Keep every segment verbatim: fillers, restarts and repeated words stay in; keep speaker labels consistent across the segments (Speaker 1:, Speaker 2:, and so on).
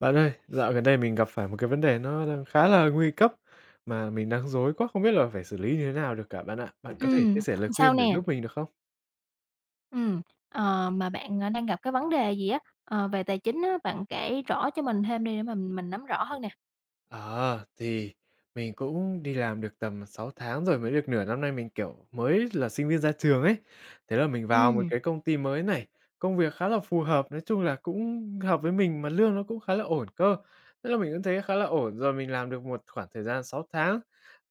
Speaker 1: Bạn ơi, dạo gần đây mình gặp phải một cái vấn đề nó đang khá là nguy cấp mà mình đang rối quá không biết là phải xử lý như thế nào được cả bạn ạ. Bạn có thể chia
Speaker 2: Ừm,
Speaker 1: sẻ lời
Speaker 2: Sao
Speaker 1: khuyên để
Speaker 2: nè?
Speaker 1: giúp mình được không?
Speaker 2: Ừm, ờ, mà bạn, ờ, đang gặp cái vấn đề gì á, ờ, về tài chính á, bạn kể rõ cho mình thêm đi để mà mình nắm rõ hơn nè.
Speaker 1: Ờ, thì mình cũng đi làm được tầm sáu tháng rồi, mới được nửa năm nay mình, kiểu, mới là sinh viên ra trường ấy. Thế là mình vào một
Speaker 2: Ừm,
Speaker 1: cái công ty mới này, công việc khá là phù hợp, nói chung là cũng hợp với mình mà lương nó cũng khá là ổn cơ. Thế là mình cũng thấy khá là ổn, rồi mình làm được một khoảng thời gian sáu tháng,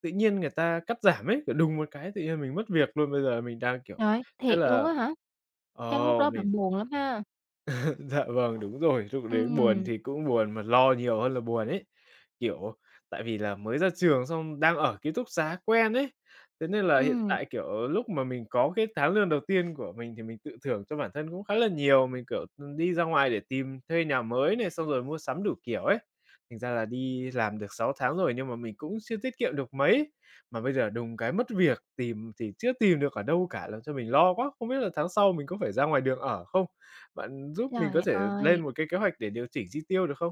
Speaker 1: tự nhiên người ta cắt giảm ấy, kiểu, đùng một cái tự nhiên mình mất việc luôn, bây giờ mình đang, kiểu
Speaker 2: Trời,
Speaker 1: thế
Speaker 2: thiệt luôn
Speaker 1: là
Speaker 2: á hả? Chắc
Speaker 1: ờ,
Speaker 2: lúc đó
Speaker 1: mình.
Speaker 2: bạn buồn lắm ha?
Speaker 1: Dạ vâng, đúng rồi, lúc đấy buồn
Speaker 2: Ừm,
Speaker 1: thì cũng buồn mà lo nhiều hơn là buồn ấy. Kiểu, tại vì là mới ra trường xong đang ở ký túc xá quen ấy, thế nên là hiện
Speaker 2: ừm,
Speaker 1: tại, kiểu, lúc mà mình có cái tháng lương đầu tiên của mình thì mình tự thưởng cho bản thân cũng khá là nhiều. Mình, kiểu, ừm, đi ra ngoài để tìm thuê nhà mới này, xong rồi mua sắm đủ kiểu ấy. Thành ra là đi làm được sáu tháng rồi nhưng mà mình cũng chưa tiết kiệm được mấy, mà bây giờ đùng cái mất việc, tìm thì chưa tìm được ở đâu cả, làm cho mình lo quá, không biết là tháng sau mình có phải ra ngoài đường ở không? Bạn giúp mình có
Speaker 2: Trời
Speaker 1: thể lên
Speaker 2: ơi.
Speaker 1: một cái kế hoạch để điều chỉnh chi tiêu được không?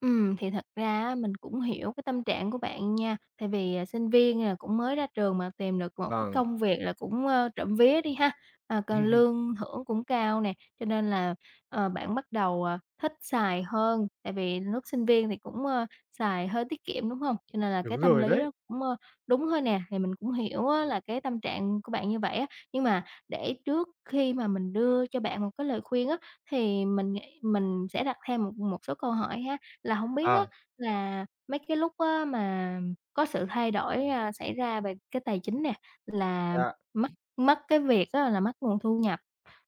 Speaker 2: Ừ thì thật ra á, mình cũng hiểu cái tâm trạng của bạn nha, tại vì, à, sinh viên, à, cũng mới ra trường mà tìm được một cái
Speaker 1: Vâng.
Speaker 2: công việc là cũng, ơ, trộm vía đi ha, à, còn lương thưởng cũng cao nè, cho nên là, ờ, bạn bắt đầu, à, thích xài hơn, tại vì lúc sinh viên thì cũng, ơ, xài hơi tiết kiệm, đúng không? Cho nên là
Speaker 1: Đúng
Speaker 2: cái tâm
Speaker 1: rồi
Speaker 2: lý
Speaker 1: đấy.
Speaker 2: đó cũng, ơ, đúng thôi nè, thì mình cũng hiểu á là cái tâm trạng của bạn như vậy á. Nhưng mà để trước khi mà mình đưa cho bạn một cái lời khuyên á, thì mình nghĩ mình sẽ đặt thêm một một số câu hỏi ha. Là hổng biết á
Speaker 1: À,
Speaker 2: là mấy cái lúc á mà có sự thay đổi, a, xảy ra về cái tài chính nè, là
Speaker 1: dạ.
Speaker 2: mất mất cái việc á là mất nguồn thu nhập,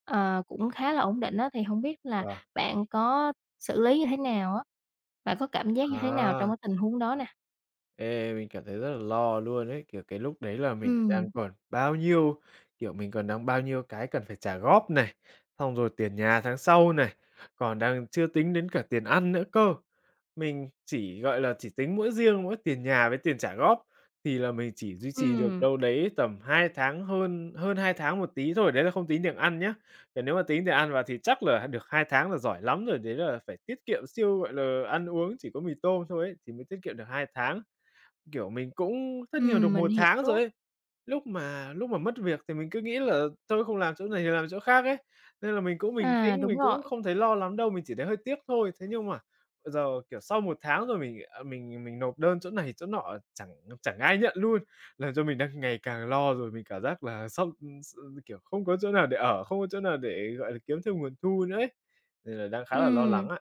Speaker 2: ờ, cũng khá là ổn định á, thì hông biết là
Speaker 1: Và
Speaker 2: bạn có xử lý như thế nào á? Bạn có cảm giác như thế nào trong
Speaker 1: à.
Speaker 2: cái tình huống đó nè?
Speaker 1: Ê, mình cảm thấy rất là lo luôn ấy, kiểu, cái lúc đấy là mình đang
Speaker 2: Ừm,
Speaker 1: còn bao nhiêu kiểu, mình còn đang bao nhiêu cái cần phải trả góp này, xong rồi tiền nhà tháng sau này, còn đang chưa tính đến cả tiền ăn nữa cơ. Mình chỉ, gọi là, chỉ tính mỗi riêng mỗi tiền nhà với tiền trả góp thì là mình chỉ duy trì được
Speaker 2: ừm,
Speaker 1: đâu đấy tầm hai tháng, hơn hơn hai tháng một tí thôi, đấy là không tính tiền ăn nhá. Còn nếu mà tính tiền ăn vào thì chắc là được hai tháng là giỏi lắm rồi, đấy là phải tiết kiệm siêu, gọi là, ăn uống chỉ có mì tôm thôi ấy, thì mới tiết kiệm được hai tháng. Kiểu, mình cũng thất nghiệp được
Speaker 2: ừm, mình
Speaker 1: một tháng rồi
Speaker 2: hiểu.
Speaker 1: ấy. Lúc mà lúc mà mất việc thì mình cứ nghĩ là thôi không làm chỗ này thì làm chỗ khác ấy, nên là mình cũng bình
Speaker 2: À,
Speaker 1: tĩnh,
Speaker 2: đúng
Speaker 1: mình cũng
Speaker 2: rồi,
Speaker 1: không thấy lo lắm đâu, mình chỉ thấy hơi tiếc thôi. Thế nhưng mà bây giờ, kiểu, sau một tháng rồi mình, à, mình mình nộp đơn chỗ này chỗ nọ chẳng chẳng ai nhận luôn, làm cho mình đang ngày càng lo rồi. Mình cảm giác là sắp, s ừ, kiểu, không có chỗ nào để ở, không có chỗ nào để, gọi là, kiếm thêm nguồn thu nữa ấy, nên là đang khá là lo lắng
Speaker 2: ừm.
Speaker 1: ạ.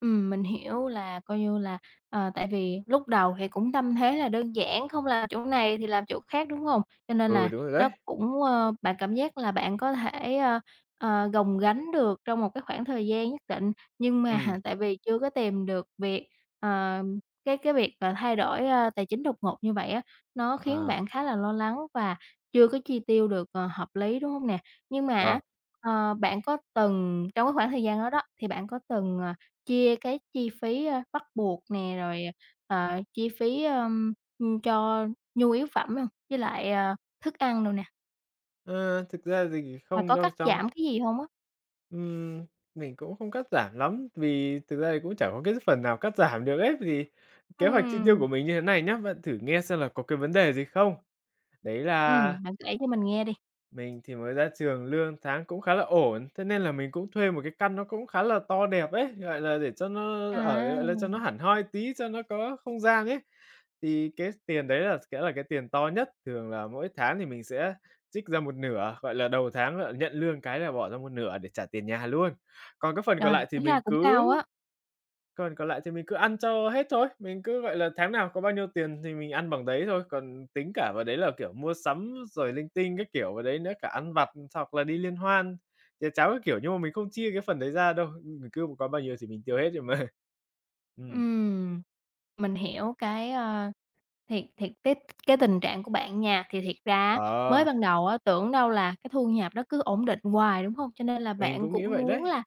Speaker 2: Ừm, mình hiểu là coi như là, ờ, tại vì lúc đầu thì cũng tâm thế là đơn giản, không làm chỗ này thì làm chỗ khác, đúng không? Cho nên
Speaker 1: Ừ,
Speaker 2: là
Speaker 1: đúng rồi đấy.
Speaker 2: nó cũng, ơ, bạn cảm giác là bạn có thể, ơ, ờ, gồng gánh được trong một cái khoảng thời gian nhất định, nhưng mà
Speaker 1: Ừ.
Speaker 2: tại vì chưa có tìm được việc, ờ, cái cái việc mà thay đổi, ơ, tài chính đột ngột như vậy á, nó khiến
Speaker 1: À.
Speaker 2: bạn khá là lo lắng và chưa có chi tiêu được, ờ, hợp lý, đúng không nè? Nhưng mà
Speaker 1: Vâng.
Speaker 2: á, ờ, bạn có từng trong cái khoảng thời gian đó đó, thì bạn có từng, ờ Chia cái chi phí, a, bắt buộc nè, rồi, ờ, chi phí, ơm, ưm, cho nhu yếu phẩm hông? Với lại, ờ, thức ăn đồ nè,
Speaker 1: Ờ, thực ra thì
Speaker 2: và
Speaker 1: không
Speaker 2: có
Speaker 1: đâu,
Speaker 2: cắt
Speaker 1: trong
Speaker 2: giảm cái gì hông á?
Speaker 1: Ừm, mình cũng không cắt giảm lắm, vì thực ra thì cũng chẳng có cái phần nào cắt giảm được ấy. Vì kế hoạch chi tiêu
Speaker 2: Ừm.
Speaker 1: của mình như thế này nhá, bạn thử nghe xem là có cái vấn đề gì không? Đấy là
Speaker 2: Ừm, bạn kể cho mình nghe đi.
Speaker 1: mình thì mới ra trường, lương tháng cũng khá là ổn, thế nên là mình cũng thuê một cái căn nó cũng khá là to đẹp ấy, gọi là, để cho nó ở,
Speaker 2: À.
Speaker 1: gọi là, cho nó hẳn hoi tí, cho nó có không gian ấy. Thì cái tiền đấy là sẽ là cái tiền to nhất, thường là mỗi tháng thì mình sẽ trích ra một nửa, gọi là, đầu tháng, là, nhận lương cái là bỏ ra một nửa để trả tiền nhà luôn. Còn cái phần còn
Speaker 2: Rồi,
Speaker 1: lại thì
Speaker 2: tính
Speaker 1: mình
Speaker 2: ra cũng
Speaker 1: cứ
Speaker 2: cao á.
Speaker 1: còn còn lại thì mình cứ ăn cho hết thôi, mình cứ, gọi là, tháng nào có bao nhiêu tiền thì mình ăn bằng đấy thôi, còn tính cả vào đấy là, kiểu, mua sắm rồi linh tinh các kiểu vào đấy nữa, cả ăn vặt hoặc là đi liên hoan, chè cháo các kiểu, nhưng mà mình không chia cái phần đấy ra đâu, mình cứ có bao nhiêu thì mình tiêu hết rồi mà. Ừm.
Speaker 2: Ừm. Mình hiểu cái, ơ thiệt thiệt, cái cái tình trạng của bạn nha, thì thiệt ra á,
Speaker 1: Ờ,
Speaker 2: mới ban đầu á, tưởng đâu là cái thu nhập nó cứ ổn định hoài, đúng hông? Cho nên là
Speaker 1: mình
Speaker 2: bạn
Speaker 1: cũng nghĩ
Speaker 2: cũng
Speaker 1: vậy
Speaker 2: muốn
Speaker 1: đấy.
Speaker 2: là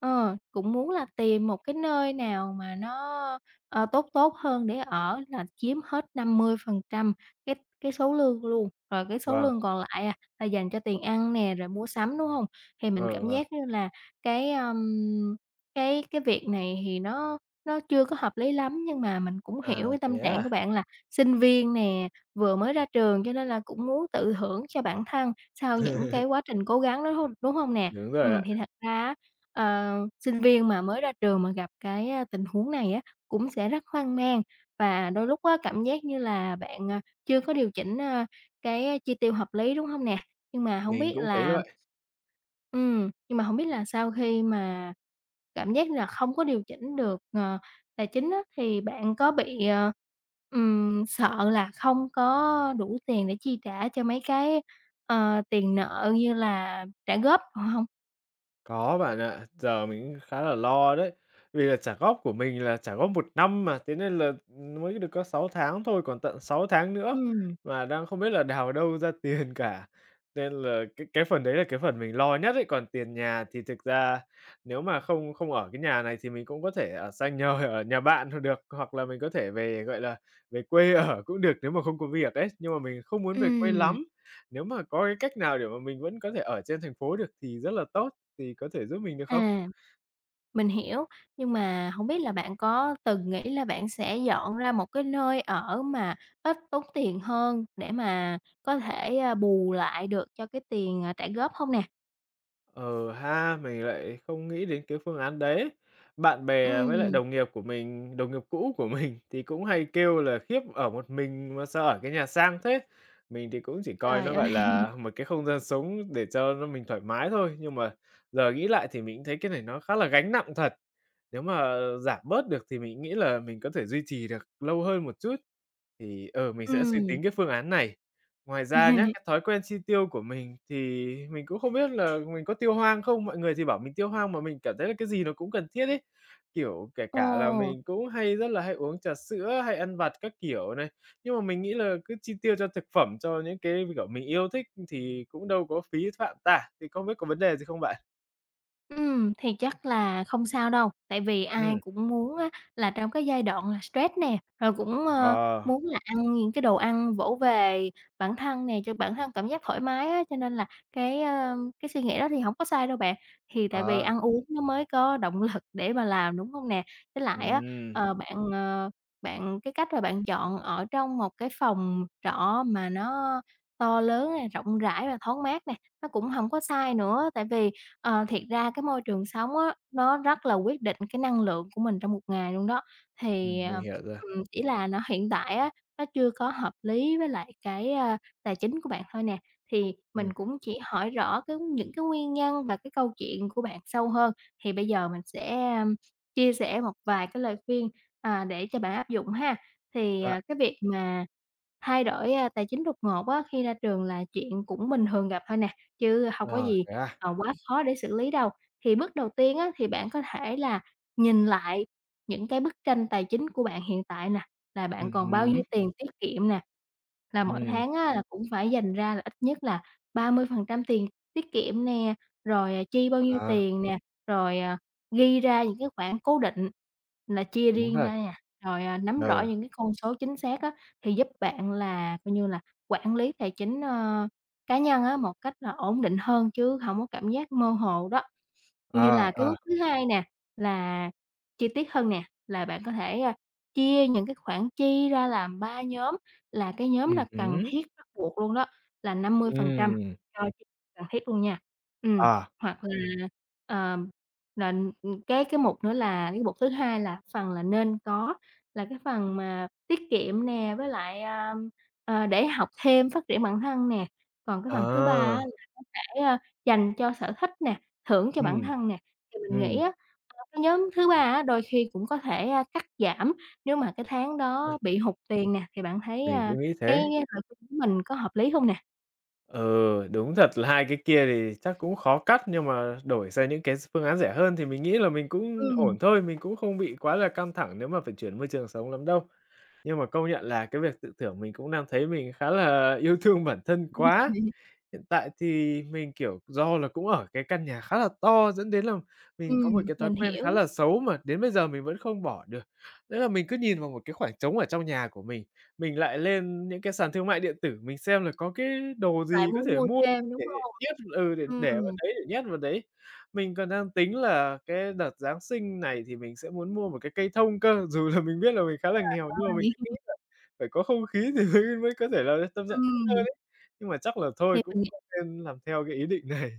Speaker 2: ờ, cũng muốn là tìm một cái nơi nào mà nó, ờ, tốt tốt hơn để ở là chiếm hết năm mươi phần trăm cái cái số lương luôn, rồi cái số
Speaker 1: Vâng,
Speaker 2: lương còn lại, à, là dành cho tiền ăn nè, rồi mua sắm, đúng hông? Thì mình
Speaker 1: ờ,
Speaker 2: cảm
Speaker 1: vâng.
Speaker 2: giác như là cái, ờm, cái cái việc này thì nó nó chưa có hợp lý lắm, nhưng mà mình cũng
Speaker 1: À,
Speaker 2: hiểu cái
Speaker 1: thế
Speaker 2: tâm trạng
Speaker 1: à?
Speaker 2: của bạn là sinh viên nè, vừa mới ra trường cho nên là cũng muốn tự thưởng cho bản thân sau những cái quá trình cố gắng đó, hông đúng hông nè?
Speaker 1: Đúng rồi ạ,
Speaker 2: Ừm, thì thật ra á, ờ, sinh viên mà mới ra trường mà gặp cái, a, tình huống này á, cũng sẽ rất hoang mang và đôi lúc á, cảm giác như là bạn, à, chưa có điều chỉnh, a, cái chi tiêu hợp lý, đúng hông nè? Nhưng mà hổng
Speaker 1: mình
Speaker 2: biết
Speaker 1: cũng thấy
Speaker 2: là
Speaker 1: là.
Speaker 2: ừm, nhưng mà hổng biết là sau khi mà cảm giác như là không có điều chỉnh được, ờ, tài chính á, thì bạn có bị, ờ, ừm, sợ là không có đủ tiền để chi trả cho mấy cái, ờ, tiền nợ như là trả góp đồ hông?
Speaker 1: Có bạn ạ, giờ mình cũng khá là lo đấy. Vì là trả góp của mình là trả góp một năm mà, thế nên là mới được có sáu tháng thôi, còn tận sáu tháng nữa
Speaker 2: Ừm,
Speaker 1: mà đang không biết là đào đâu ra tiền cả. Nên là cái cái phần đấy là cái phần mình lo nhất ấy, còn tiền nhà thì thực ra nếu mà không không ở cái nhà này thì mình cũng có thể ở sang nhờ ở nhà bạn thôi được, hoặc là mình có thể về, gọi là, về quê ở cũng được nếu mà không có việc ấy, nhưng mà mình không muốn về quê
Speaker 2: ừm,
Speaker 1: lắm. Nếu mà có cái cách nào để mà mình vẫn có thể ở trên thành phố được thì rất là tốt thì có thể giúp mình được không?
Speaker 2: à, mình hiểu, nhưng mà không biết là bạn có từng nghĩ là bạn sẽ dọn ra một cái nơi ở mà ít tốn tiền hơn để mà có thể, a, bù lại được cho cái tiền, à, trả góp không nè?
Speaker 1: Ờ ha, mình lại không nghĩ đến cái phương án đấy. Bạn bè với lại
Speaker 2: Ừm,
Speaker 1: đồng nghiệp của mình, đồng nghiệp cũ của mình thì cũng hay kêu là "khiếp ở một mình mà sao ở cái nhà sang thế?" Mình thì cũng chỉ coi
Speaker 2: Trời
Speaker 1: nó,
Speaker 2: ơi,
Speaker 1: gọi là, một cái không gian sống để cho nó mình thoải mái thôi, nhưng mà giờ nghĩ lại thì mình thấy cái này nó khá là gánh nặng thật. Nếu mà giảm bớt được thì mình nghĩ là mình có thể duy trì được lâu hơn một chút. Thì, ờ, mình sẽ suy
Speaker 2: ừm.
Speaker 1: tính cái phương án này. Ngoài ra nhá, cái thói quen chi tiêu của mình thì mình cũng không biết là mình có tiêu hoang không? Mọi người thì bảo mình tiêu hoang mà mình cảm thấy là cái gì nó cũng cần thiết ấy. Kiểu, kể
Speaker 2: Ồ,
Speaker 1: cả là mình cũng hay rất là hay uống trà sữa, hay ăn vặt các kiểu này, nhưng mà mình nghĩ là cứ chi tiêu cho thực phẩm, cho những cái, kiểu, mình yêu thích thì cũng đâu có phí phạm tả, thì không biết có vấn đề gì không bạn?
Speaker 2: ừm, thì chắc là không sao đâu, tại vì ai
Speaker 1: Ừm.
Speaker 2: cũng muốn á là trong cái giai đoạn là stress nè, rồi cũng, ơ,
Speaker 1: Ờ.
Speaker 2: muốn là ăn những cái đồ ăn vỗ về bản thân nè, cho bản thân cảm giác thoải mái á, cho nên là cái, ơ, cái suy nghĩ đó thì không có sai đâu bạn. Thì tại vì
Speaker 1: Ờ.
Speaker 2: ăn uống nó mới có động lực để mà làm, đúng không nè? Với lại á,
Speaker 1: Ừm.
Speaker 2: ờ, bạn, ờ, bạn cái cách là bạn chọn ở trong một cái phòng trọ mà nó to lớn nè, rộng rãi và thoáng mát nè, nó cũng không có sai nữa, tại vì Ờ, thiệt ra cái môi trường sống á, nó rất là quyết định cái năng lượng của mình trong một ngày luôn đó. Thì,
Speaker 1: Ừm. Mình
Speaker 2: ờ,
Speaker 1: hiểu rồi.
Speaker 2: ừm, chỉ là nó hiện tại á, nó chưa có hợp lý với lại cái, a, tài chính của bạn thôi nè. Thì
Speaker 1: Ừm.
Speaker 2: mình cũng chỉ hỏi rõ cái những cái nguyên nhân và cái câu chuyện của bạn sâu hơn, thì bây giờ mình sẽ, ưm, chia sẻ một vài cái lời khuyên, à, để cho bạn áp dụng ha. Thì,
Speaker 1: Dạ.
Speaker 2: à, cái việc mà thay đổi, a, tài chính đột ngột á, khi ra trường là chuyện cũng bình thường gặp thôi nè, chứ hông có
Speaker 1: Ờ,
Speaker 2: gì
Speaker 1: thế à?
Speaker 2: ờ, quá khó để xử lý đâu. Thì bước đầu tiên á, thì bạn có thể là nhìn lại những cái bức tranh tài chính của bạn hiện tại nè, là
Speaker 1: Ừm
Speaker 2: bạn còn bao
Speaker 1: hứm.
Speaker 2: nhiêu tiền tiết kiệm nè, là mỗi
Speaker 1: Ừm.
Speaker 2: tháng á, là cũng phải dành ra là ít nhất là ba mươi phần trăm tiền tiết kiệm nè, rồi, à, chi bao nhiêu
Speaker 1: À,
Speaker 2: tiền nè, rồi, à, ghi ra những cái khoản cố định là chia
Speaker 1: đúng
Speaker 2: riêng
Speaker 1: thật.
Speaker 2: ra nè, rồi, à, nắm rõ
Speaker 1: Ừ.
Speaker 2: những cái con số chính xác á, thì giúp bạn là coi như là quản lý tài chính, ờ, cá nhân á, một cách là ổn định hơn chứ hổng có cảm giác mơ hồ đó. Như
Speaker 1: Ờ.
Speaker 2: là cái
Speaker 1: Ờ.
Speaker 2: bước thứ hai nè, là chi tiết hơn nè, là bạn có thể, a, chia những cái khoản chi ra làm ba nhóm, là cái nhóm
Speaker 1: Ừm
Speaker 2: là cần
Speaker 1: hứm.
Speaker 2: thiết bắt buộc luôn đó, là năm mươi phần trăm
Speaker 1: Ừm.
Speaker 2: cho chi cần thiết luôn nha. Ừm,
Speaker 1: À.
Speaker 2: Hoặc là, ờ, là, ừm, cái cái mục nữa là cái mục thứ hai là phần là nên có, là cái phần mà tiết kiệm nè, với lại, à, ờ, để học thêm, phát triển bản thân nè. Còn cái phần thứ ba
Speaker 1: À.
Speaker 2: á để, a, dành cho sở thích nè, thưởng cho
Speaker 1: Ừm.
Speaker 2: bản thân nè, thì mình nghĩ
Speaker 1: Ừm.
Speaker 2: á, ờ, cái nhóm thứ ba á đôi khi cũng có thể, a, cắt giảm nếu mà cái tháng đó
Speaker 1: m
Speaker 2: bị hụt tiền nè, thì bạn thấy,
Speaker 1: mình
Speaker 2: a,
Speaker 1: cũng nghĩ
Speaker 2: cái
Speaker 1: thế.
Speaker 2: lời khuyên của mình có hợp lý hông nè?
Speaker 1: Ừ, đúng thật là hai cái kia thì chắc cũng khó cắt, nhưng mà đổi sang những cái s phương án rẻ hơn thì mình nghĩ là mình cũng
Speaker 2: Ừm.
Speaker 1: ổn thôi, mình cũng không bị quá là căng thẳng nếu mà phải chuyển môi trường sống lắm đâu. Nhưng mà công nhận là cái việc tự thưởng mình cũng đang thấy mình khá là yêu thương bản thân quá. Hiện tại thì mình, kiểu, do là cũng ở cái căn nhà khá là to dẫn đến là mình có
Speaker 2: Ừm,
Speaker 1: một cái thói
Speaker 2: mình
Speaker 1: quen khá
Speaker 2: hiểu,
Speaker 1: là xấu mà đến bây giờ mình vẫn không bỏ được. Đấy là mình cứ nhìn vào một cái khoảng trống ở trong nhà của mình, mình lại lên những cái sàn thương mại điện tử, mình xem là có cái đồ
Speaker 2: lại
Speaker 1: gì có
Speaker 2: muốn
Speaker 1: thể
Speaker 2: mua
Speaker 1: mua
Speaker 2: thêm, đúng
Speaker 1: để
Speaker 2: hông?
Speaker 1: nhét ừ, để để vào
Speaker 2: Ừm.
Speaker 1: đấy, để nhét vào đấy. Mình còn đang tính là cái đợt Giáng sinh này thì mình sẽ muốn mua một cái cây thông cơ, dù là mình biết là mình khá là nghèo nhưng mà mình cứ nghĩ
Speaker 2: Rồi.
Speaker 1: là phải có không khí thì mới mới có thể là tâm trạng tốt hơn
Speaker 2: Ừm,
Speaker 1: ấy. Nhưng mà chắc là thôi
Speaker 2: thì
Speaker 1: cũng
Speaker 2: mình
Speaker 1: nên làm theo cái ý định này.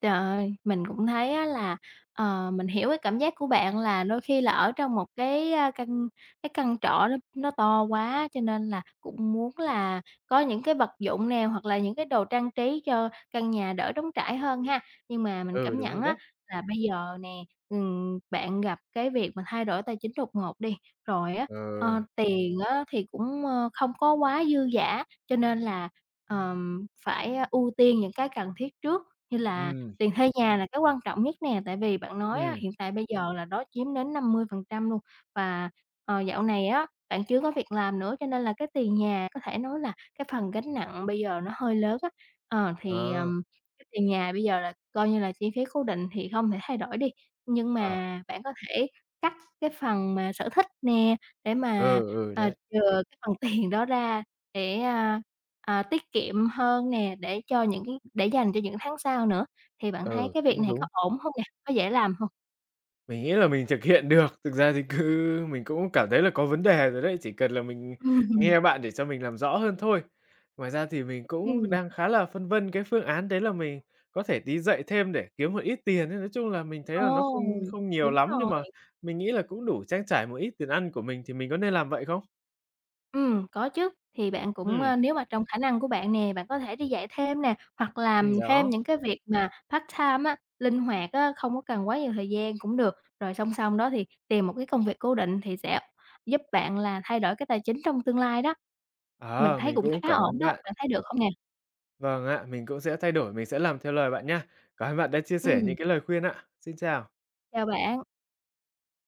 Speaker 2: trời ơi, mình cũng thấy á là, ờ, mình hiểu cái cảm giác của bạn là đôi khi là ở trong một cái, a, căn cái căn trọ nó nó to quá, cho nên là cũng muốn là có những cái vật dụng nào hoặc là những cái đồ trang trí cho căn nhà đỡ trống trải hơn ha. Nhưng mà mình
Speaker 1: Ừ,
Speaker 2: cảm
Speaker 1: đúng
Speaker 2: nhận
Speaker 1: rồi
Speaker 2: á
Speaker 1: đấy.
Speaker 2: là bây giờ nè, ừm, bạn gặp cái việc mà thay đổi tài chính đột ngột đi, rồi á,
Speaker 1: Ờ.
Speaker 2: ờ, tiền á thì cũng, ơ, không có quá dư dả, cho nên là, ờm, phải ờ, ưu tiên những cái cần thiết trước như là
Speaker 1: Ừm.
Speaker 2: tiền thuê nhà là cái quan trọng nhất nè, tại vì bạn nói á,
Speaker 1: Ừm.
Speaker 2: hiện tại bây giờ là nó chiếm đến năm mươi phần trăm luôn. Và, ờ, dạo này á, bạn chưa có việc làm nữa, cho nên là cái tiền nhà có thể nói là cái phần gánh nặng bây giờ nó hơi lớn á. Ờ, thì,
Speaker 1: Ờ.
Speaker 2: ờm, cái tiền nhà bây giờ là coi như là chi phí cố định thì không thể thay đổi đi, nhưng
Speaker 1: Ờ,
Speaker 2: mà bạn có thể cắt cái phần mà sở thích nè, để mà,
Speaker 1: ừ, ừ,
Speaker 2: ờ,
Speaker 1: đấy,
Speaker 2: chừa cái phần tiền đó ra để, a, à, tiết kiệm hơn nè, để cho những cái để dành cho những tháng sau nữa. Thì bạn thấy
Speaker 1: ừ,
Speaker 2: cái việc
Speaker 1: cũng
Speaker 2: này
Speaker 1: đúng.
Speaker 2: có ổn hông nè? Có dễ làm hông?
Speaker 1: Mình nghĩ là mình thực hiện được, thực ra thì cứ mình cũng cảm thấy là có vấn đề rồi đấy, chỉ cần là mình
Speaker 2: Ừm,
Speaker 1: nghe bạn để cho mình làm rõ hơn thôi. Ngoài ra thì mình cũng
Speaker 2: ừm,
Speaker 1: đang khá là phân vân cái phương án đấy là mình có thể đi dạy thêm để kiếm một ít tiền ấy, nói chung là mình thấy
Speaker 2: Ồ,
Speaker 1: là nó không không nhiều
Speaker 2: đúng
Speaker 1: lắm, nhưng mà
Speaker 2: rồi.
Speaker 1: mình nghĩ là cũng đủ trang trải một ít tiền ăn của mình, thì mình có nên làm vậy không?
Speaker 2: Ừm, có chứ, thì bạn cũng,
Speaker 1: Ừm.
Speaker 2: ơ, nếu mà trong khả năng của bạn nè, bạn có thể đi dạy thêm nè, hoặc
Speaker 1: Ừm.
Speaker 2: làm thêm
Speaker 1: Đó.
Speaker 2: những cái việc mà part-time á, linh hoạt á, không có cần quá nhiều thời gian cũng được. Rồi song song đó thì tìm một cái công việc cố định thì sẽ giúp bạn là thay đổi cái tài chính trong tương lai đó. Mình
Speaker 1: Ờ,
Speaker 2: thấy
Speaker 1: mình
Speaker 2: cũng
Speaker 1: cũng
Speaker 2: khá
Speaker 1: cảm ơn
Speaker 2: ổn đó,
Speaker 1: bạn.
Speaker 2: bạn thấy được hông nè?
Speaker 1: Vâng ạ, mình cũng sẽ thay đổi, mình sẽ làm theo lời bạn nhá. Cảm ơn bạn đã chia sẻ những
Speaker 2: Ừm,
Speaker 1: cái lời khuyên ạ. Xin chào.
Speaker 2: Chào bạn.